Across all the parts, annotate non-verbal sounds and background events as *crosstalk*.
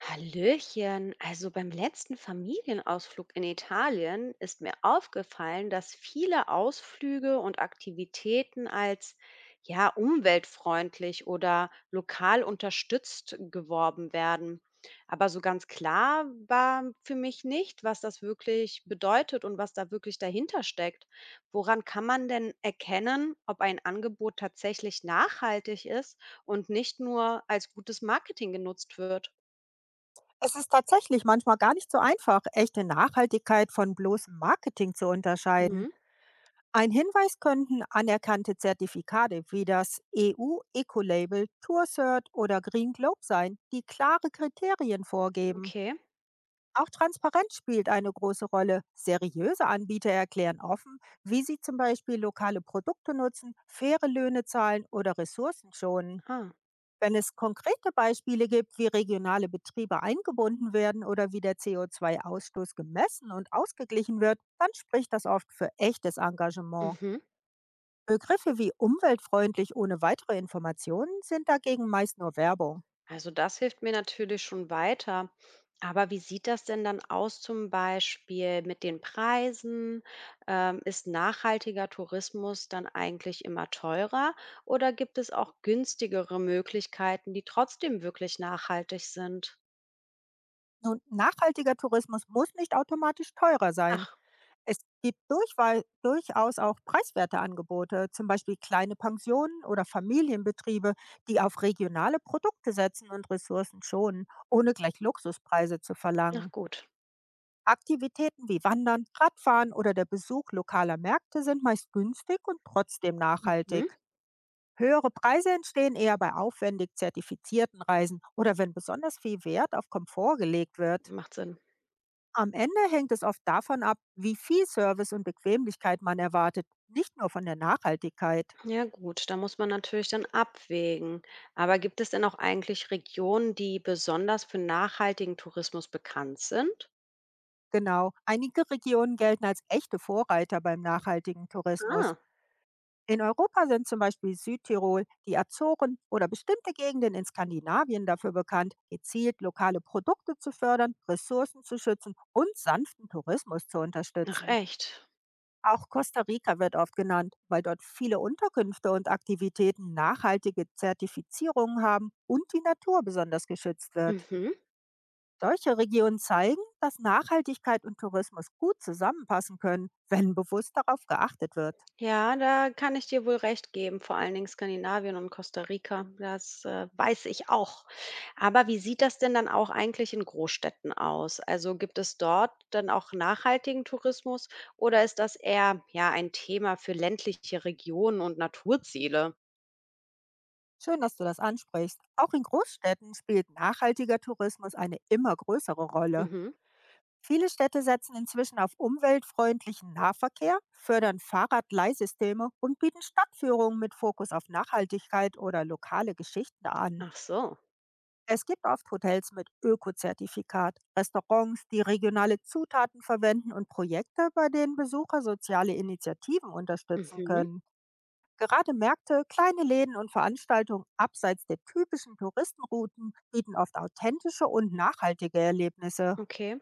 Hallöchen, also beim letzten Familienausflug in Italien ist mir aufgefallen, dass viele Ausflüge und Aktivitäten als ja umweltfreundlich oder lokal unterstützt geworben werden. Aber so ganz klar war für mich nicht, was das wirklich bedeutet und was da wirklich dahinter steckt. Woran kann man denn erkennen, ob ein Angebot tatsächlich nachhaltig ist und nicht nur als gutes Marketing genutzt wird? Es ist tatsächlich manchmal gar nicht so einfach, echte Nachhaltigkeit von bloßem Marketing zu unterscheiden. Mhm. Ein Hinweis könnten anerkannte Zertifikate wie das EU-Eco-Label, TourCert oder Green Globe sein, die klare Kriterien vorgeben. Okay. Auch Transparenz spielt eine große Rolle. Seriöse Anbieter erklären offen, wie sie zum Beispiel lokale Produkte nutzen, faire Löhne zahlen oder Ressourcen schonen. Ah. Wenn es konkrete Beispiele gibt, wie regionale Betriebe eingebunden werden oder wie der CO2-Ausstoß gemessen und ausgeglichen wird, dann spricht das oft für echtes Engagement. Mhm. Begriffe wie umweltfreundlich ohne weitere Informationen sind dagegen meist nur Werbung. Also das hilft mir natürlich schon weiter. Aber wie sieht das denn dann aus zum Beispiel mit den Preisen? Ist nachhaltiger Tourismus dann eigentlich immer teurer oder gibt es auch günstigere Möglichkeiten, die trotzdem wirklich nachhaltig sind? Nun, nachhaltiger Tourismus muss nicht automatisch teurer sein. Ach, Es gibt durchwei durchaus auch preiswerte Angebote, zum Beispiel kleine Pensionen oder Familienbetriebe, die auf regionale Produkte setzen und Ressourcen schonen, ohne gleich Luxuspreise zu na verlangen. gut. Aktivitäten wie Wandern, Radfahren oder der Besuch lokaler Märkte sind meist günstig und trotzdem Mhm. nachhaltig. Höhere Preise entstehen eher bei aufwendig zertifizierten Reisen oder wenn besonders viel Wert auf Komfort gelegt wird. Macht Sinn. Am Ende hängt es oft davon ab, wie viel Service und Bequemlichkeit man erwartet, nicht nur von der Nachhaltigkeit. Ja gut, da muss man natürlich dann abwägen. Aber gibt es denn auch eigentlich Regionen, die besonders für nachhaltigen Tourismus bekannt sind? Genau, einige Regionen gelten als echte Vorreiter beim nachhaltigen Tourismus. Ah. In Europa sind zum Beispiel Südtirol, die Azoren oder bestimmte Gegenden in Skandinavien dafür bekannt, gezielt lokale Produkte zu fördern, Ressourcen zu schützen und sanften Tourismus zu Ach unterstützen. echt? Auch Costa Rica wird oft genannt, weil dort viele Unterkünfte und Aktivitäten nachhaltige Zertifizierungen haben und die Natur besonders geschützt wird. Mhm. Solche Regionen zeigen, dass Nachhaltigkeit und Tourismus gut zusammenpassen können, wenn bewusst darauf geachtet wird. Ja, da kann ich dir wohl recht geben, vor allen Dingen Skandinavien und Costa Rica, das weiß ich auch. Aber wie sieht das denn dann auch eigentlich in Großstädten aus? Also gibt es dort dann auch nachhaltigen Tourismus oder ist das eher ja ein Thema für ländliche Regionen und Naturziele? Schön, dass du das ansprichst. Auch in Großstädten spielt nachhaltiger Tourismus eine immer größere Rolle. Mhm. Viele Städte setzen inzwischen auf umweltfreundlichen Nahverkehr, fördern Fahrradleihsysteme und bieten Stadtführungen mit Fokus auf Nachhaltigkeit oder lokale Geschichten an. Ach so. Es gibt oft Hotels mit Ökozertifikat, Restaurants, die regionale Zutaten verwenden und Projekte, bei denen Besucher soziale Initiativen unterstützen Mhm. können. Gerade Märkte, kleine Läden und Veranstaltungen abseits der typischen Touristenrouten bieten oft authentische und nachhaltige Erlebnisse. Okay.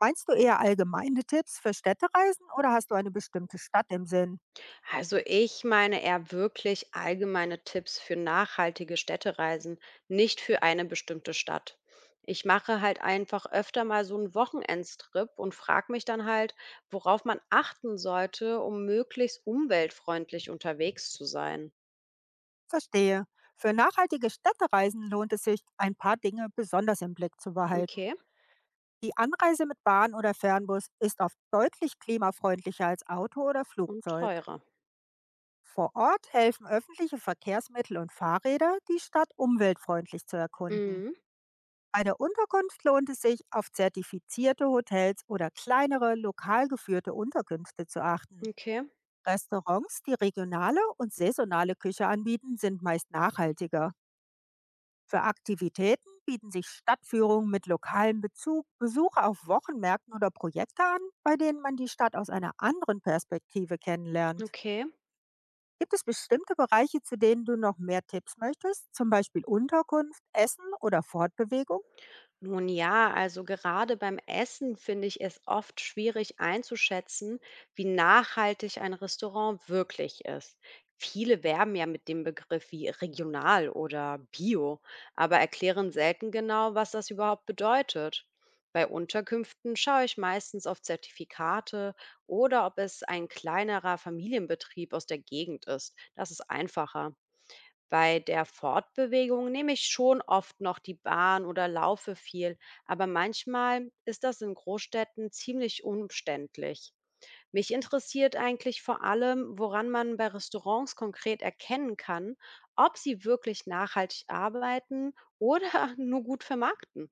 Meinst du eher allgemeine Tipps für Städtereisen oder hast du eine bestimmte Stadt im Sinn? Also ich meine eher wirklich allgemeine Tipps für nachhaltige Städtereisen, nicht für eine bestimmte Stadt. Ich mache halt einfach öfter mal so einen Wochenendstrip und frage mich dann halt, worauf man achten sollte, um möglichst umweltfreundlich unterwegs zu sein. Verstehe. Für nachhaltige Städtereisen lohnt es sich, ein paar Dinge besonders im Blick zu behalten. Okay. Die Anreise mit Bahn oder Fernbus ist oft deutlich klimafreundlicher als Auto oder Und Flugzeug. teurer. Vor Ort helfen öffentliche Verkehrsmittel und Fahrräder, die Stadt umweltfreundlich zu erkunden. Mhm, Bei der Unterkunft lohnt es sich, auf zertifizierte Hotels oder kleinere, lokal geführte Unterkünfte zu achten. okay, Restaurants, die regionale und saisonale Küche anbieten, sind meist nachhaltiger. Für Aktivitäten bieten sich Stadtführungen mit lokalem Bezug, Besuche auf Wochenmärkten oder Projekte an, bei denen man die Stadt aus einer anderen Perspektive kennenlernt. okay. Gibt es bestimmte Bereiche, zu denen du noch mehr Tipps möchtest, zum Beispiel Unterkunft, Essen oder Fortbewegung? Nun ja, also gerade beim Essen finde ich es oft schwierig einzuschätzen, wie nachhaltig ein Restaurant wirklich ist. Viele werben ja mit dem Begriff wie regional oder bio, aber erklären selten genau, was das überhaupt bedeutet. Bei Unterkünften schaue ich meistens auf Zertifikate oder ob es ein kleinerer Familienbetrieb aus der Gegend ist. Das ist einfacher. Bei der Fortbewegung nehme ich schon oft noch die Bahn oder laufe viel, aber manchmal ist das in Großstädten ziemlich umständlich. Mich interessiert eigentlich vor allem, woran man bei Restaurants konkret erkennen kann, ob sie wirklich nachhaltig arbeiten oder *laughs* nur gut vermarkten.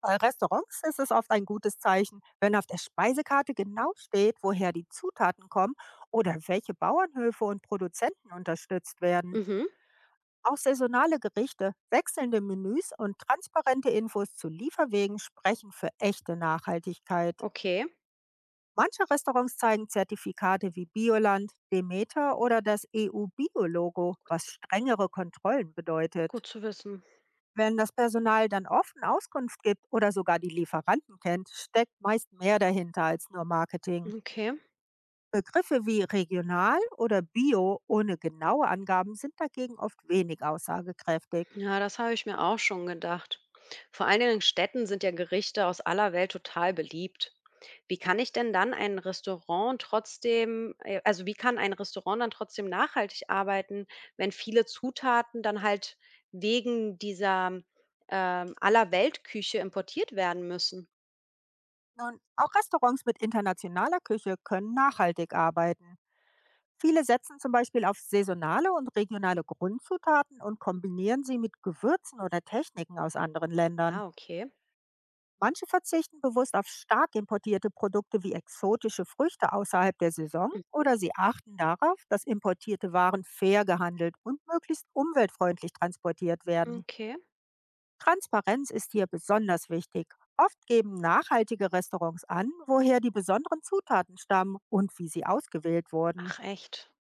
Bei Restaurants ist es oft ein gutes Zeichen, wenn auf der Speisekarte genau steht, woher die Zutaten kommen oder welche Bauernhöfe und Produzenten unterstützt werden. Mhm, Auch saisonale Gerichte, wechselnde Menüs und transparente Infos zu Lieferwegen sprechen für echte Nachhaltigkeit. okay, Manche Restaurants zeigen Zertifikate wie Bioland, Demeter oder das EU-Bio-Logo, was strengere Kontrollen bedeutet. gut zu wissen. Wenn das Personal dann offen Auskunft gibt oder sogar die Lieferanten kennt, steckt meist mehr dahinter als nur Marketing. Okay. Begriffe wie regional oder bio ohne genaue Angaben sind dagegen oft wenig aussagekräftig. Ja, das habe ich mir auch schon gedacht. Vor allen Dingen in Städten sind ja Gerichte aus aller Welt total beliebt. Wie kann ich denn dann ein Restaurant trotzdem, Also wie kann ein Restaurant dann trotzdem nachhaltig arbeiten, wenn viele Zutaten dann halt wegen dieser aller Weltküche importiert werden müssen? Nun, auch Restaurants mit internationaler Küche können nachhaltig arbeiten. Viele setzen zum Beispiel auf saisonale und regionale Grundzutaten und kombinieren sie mit Gewürzen oder Techniken aus anderen Ländern. Ah, okay. Manche verzichten bewusst auf stark importierte Produkte wie exotische Früchte außerhalb der Saison Mhm, oder sie achten darauf, dass importierte Waren fair gehandelt und möglichst umweltfreundlich transportiert werden. okay. Transparenz ist hier besonders wichtig. Oft geben nachhaltige Restaurants an, woher die besonderen Zutaten stammen und wie sie ausgewählt wurden. Ach echt.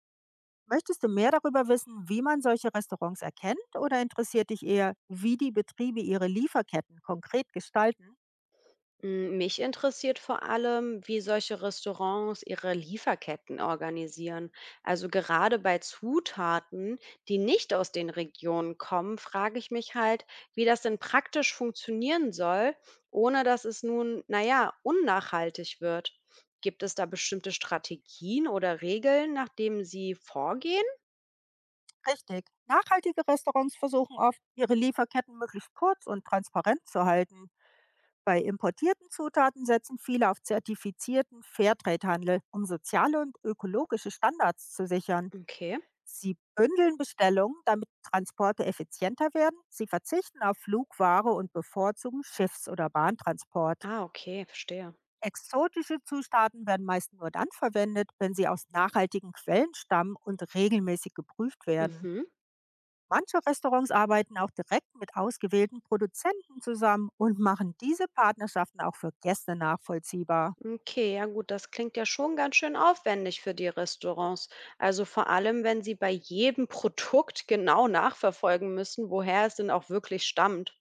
Möchtest du mehr darüber wissen, wie man solche Restaurants erkennt oder interessiert dich eher, wie die Betriebe ihre Lieferketten konkret gestalten? Hm, mich interessiert vor allem, wie solche Restaurants ihre Lieferketten organisieren. Also gerade bei Zutaten, die nicht aus den Regionen kommen, frage ich mich halt, wie das denn praktisch funktionieren soll, ohne dass es nun, naja, unnachhaltig wird. Gibt es da bestimmte Strategien oder Regeln, nach denen sie vorgehen? Richtig. Nachhaltige Restaurants versuchen oft, ihre Lieferketten möglichst kurz und transparent zu halten. Bei importierten Zutaten setzen viele auf zertifizierten Fairtrade-Handel, um soziale und ökologische Standards zu sichern. Okay. Sie bündeln Bestellungen, damit Transporte effizienter werden. Sie verzichten auf Flugware und bevorzugen Schiffs- oder Bahntransport. Ah, okay, verstehe. Exotische Zutaten werden meist nur dann verwendet, wenn sie aus nachhaltigen Quellen stammen und regelmäßig geprüft werden. Mhm. Manche Restaurants arbeiten auch direkt mit ausgewählten Produzenten zusammen und machen diese Partnerschaften auch für Gäste nachvollziehbar. Okay, ja gut, das klingt ja schon ganz schön aufwendig für die Restaurants. Also vor allem, wenn sie bei jedem *laughs* Produkt genau nachverfolgen müssen, woher es denn auch wirklich stammt.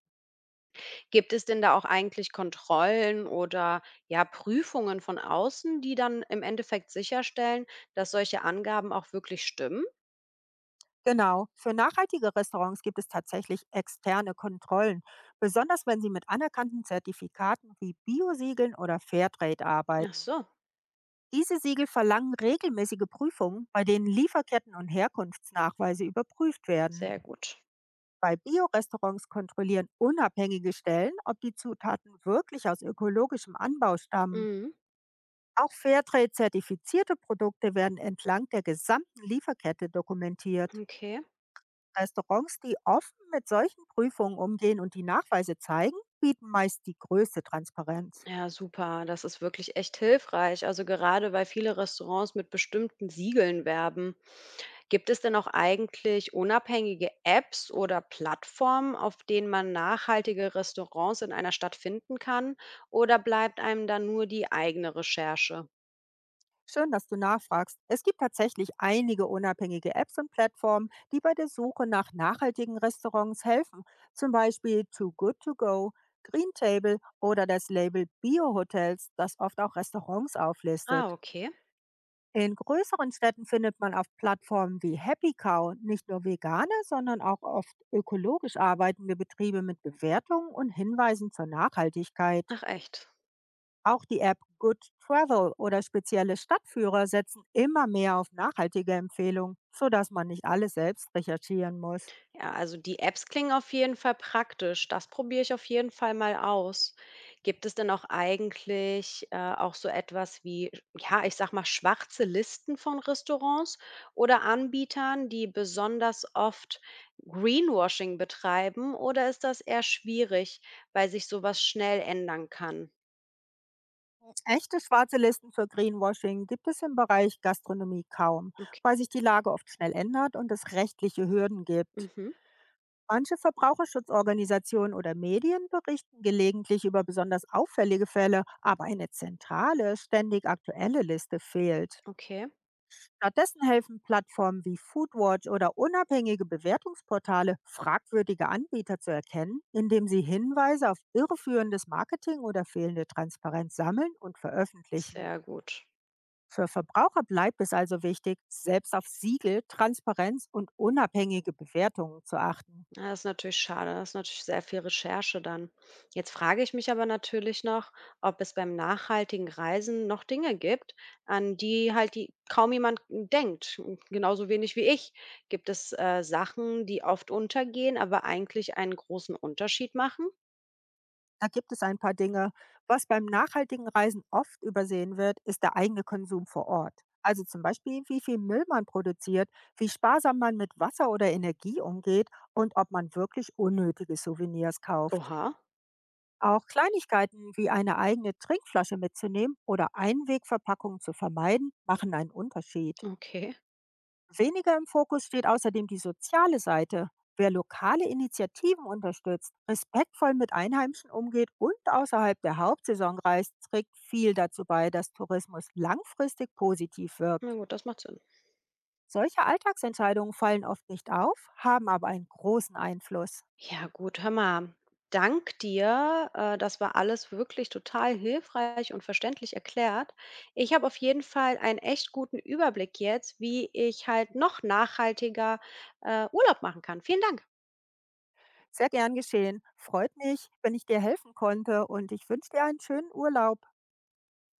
Gibt es denn da auch eigentlich Kontrollen oder ja Prüfungen von außen, die dann im Endeffekt sicherstellen, dass solche Angaben auch wirklich stimmen? Genau, für nachhaltige Restaurants gibt es tatsächlich externe Kontrollen, besonders wenn sie mit anerkannten Zertifikaten wie Biosiegeln oder Fairtrade Ach arbeiten. so, Diese Siegel verlangen regelmäßige Prüfungen, bei denen Lieferketten und Herkunftsnachweise überprüft werden. sehr gut. Bei Biorestaurants kontrollieren unabhängige Stellen, ob die Zutaten wirklich aus ökologischem Anbau stammen. Mhm, Auch Fairtrade-zertifizierte Produkte werden entlang der gesamten Lieferkette dokumentiert. okay. Restaurants, die offen mit solchen Prüfungen umgehen und die Nachweise zeigen, bieten meist die größte Transparenz. Ja, super. Das ist wirklich echt hilfreich. Also gerade weil viele Restaurants mit bestimmten Siegeln werben. Gibt es denn auch eigentlich unabhängige Apps oder Plattformen, auf denen man nachhaltige Restaurants in einer Stadt finden kann? Oder bleibt einem da nur die eigene Recherche? Schön, dass du nachfragst. Es gibt tatsächlich einige unabhängige Apps und Plattformen, die bei der Suche nach nachhaltigen Restaurants helfen. Zum Beispiel Too Good To Go, Green Table oder das Label Bio-Hotels, das oft auch Restaurants Ah, auflistet. okay. In größeren Städten findet man auf Plattformen wie Happy Cow nicht nur vegane, sondern auch oft ökologisch arbeitende Betriebe mit Bewertungen und Hinweisen zur Nachhaltigkeit. Ach echt. Auch die App Good Travel oder spezielle Stadtführer setzen immer mehr auf nachhaltige Empfehlungen, sodass man nicht alles selbst recherchieren muss. Ja, also die Apps klingen auf jeden Fall praktisch. Das probiere ich auf jeden Fall mal aus. Gibt es denn auch eigentlich Auch so etwas wie, ja, ich sag mal, schwarze Listen von Restaurants oder Anbietern, die besonders oft Greenwashing betreiben? Oder ist das eher schwierig, weil sich sowas schnell ändern kann? Echte schwarze Listen für Greenwashing gibt es im Bereich Gastronomie kaum, Okay. weil sich die Lage oft schnell ändert und es rechtliche Hürden gibt. Mhm. Manche Verbraucherschutzorganisationen oder Medien berichten gelegentlich über besonders auffällige Fälle, aber eine zentrale, ständig aktuelle Liste fehlt. Okay, Stattdessen helfen Plattformen wie Foodwatch oder unabhängige Bewertungsportale, fragwürdige Anbieter zu erkennen, indem sie Hinweise auf irreführendes Marketing oder fehlende Transparenz sammeln und veröffentlichen. sehr gut. Für Verbraucher bleibt es also wichtig, selbst auf Siegel, Transparenz und unabhängige Bewertungen zu achten. Ja, das ist natürlich schade. Das ist natürlich sehr viel Recherche dann. Jetzt frage ich mich aber natürlich noch, ob es beim nachhaltigen Reisen noch Dinge gibt, an die halt die kaum jemand denkt, genauso wenig wie ich. Gibt es Sachen, die oft untergehen, aber eigentlich einen großen Unterschied machen? Da gibt es ein paar Dinge. Was beim nachhaltigen Reisen oft übersehen wird, ist der eigene Konsum vor Ort. Also zum Beispiel, wie viel Müll man produziert, wie sparsam man mit Wasser oder Energie umgeht und ob man wirklich unnötige Souvenirs kauft. Oha, Auch Kleinigkeiten wie eine eigene Trinkflasche mitzunehmen oder Einwegverpackungen zu vermeiden, machen einen Unterschied. okay. Weniger im Fokus steht außerdem die soziale Seite. Wer lokale Initiativen unterstützt, respektvoll mit Einheimischen umgeht und außerhalb der Hauptsaison reist, trägt viel dazu bei, dass Tourismus langfristig positiv Na wirkt. gut, das macht Sinn. Solche Alltagsentscheidungen fallen oft nicht auf, haben aber einen großen Einfluss. Ja gut, hör mal, dank dir. Das war alles wirklich total hilfreich und verständlich erklärt. Ich habe auf jeden Fall einen echt guten Überblick jetzt, wie ich halt noch nachhaltiger, Urlaub machen kann. Vielen Dank. Sehr gern geschehen. Freut mich, wenn ich dir helfen konnte und ich wünsche dir einen schönen Urlaub.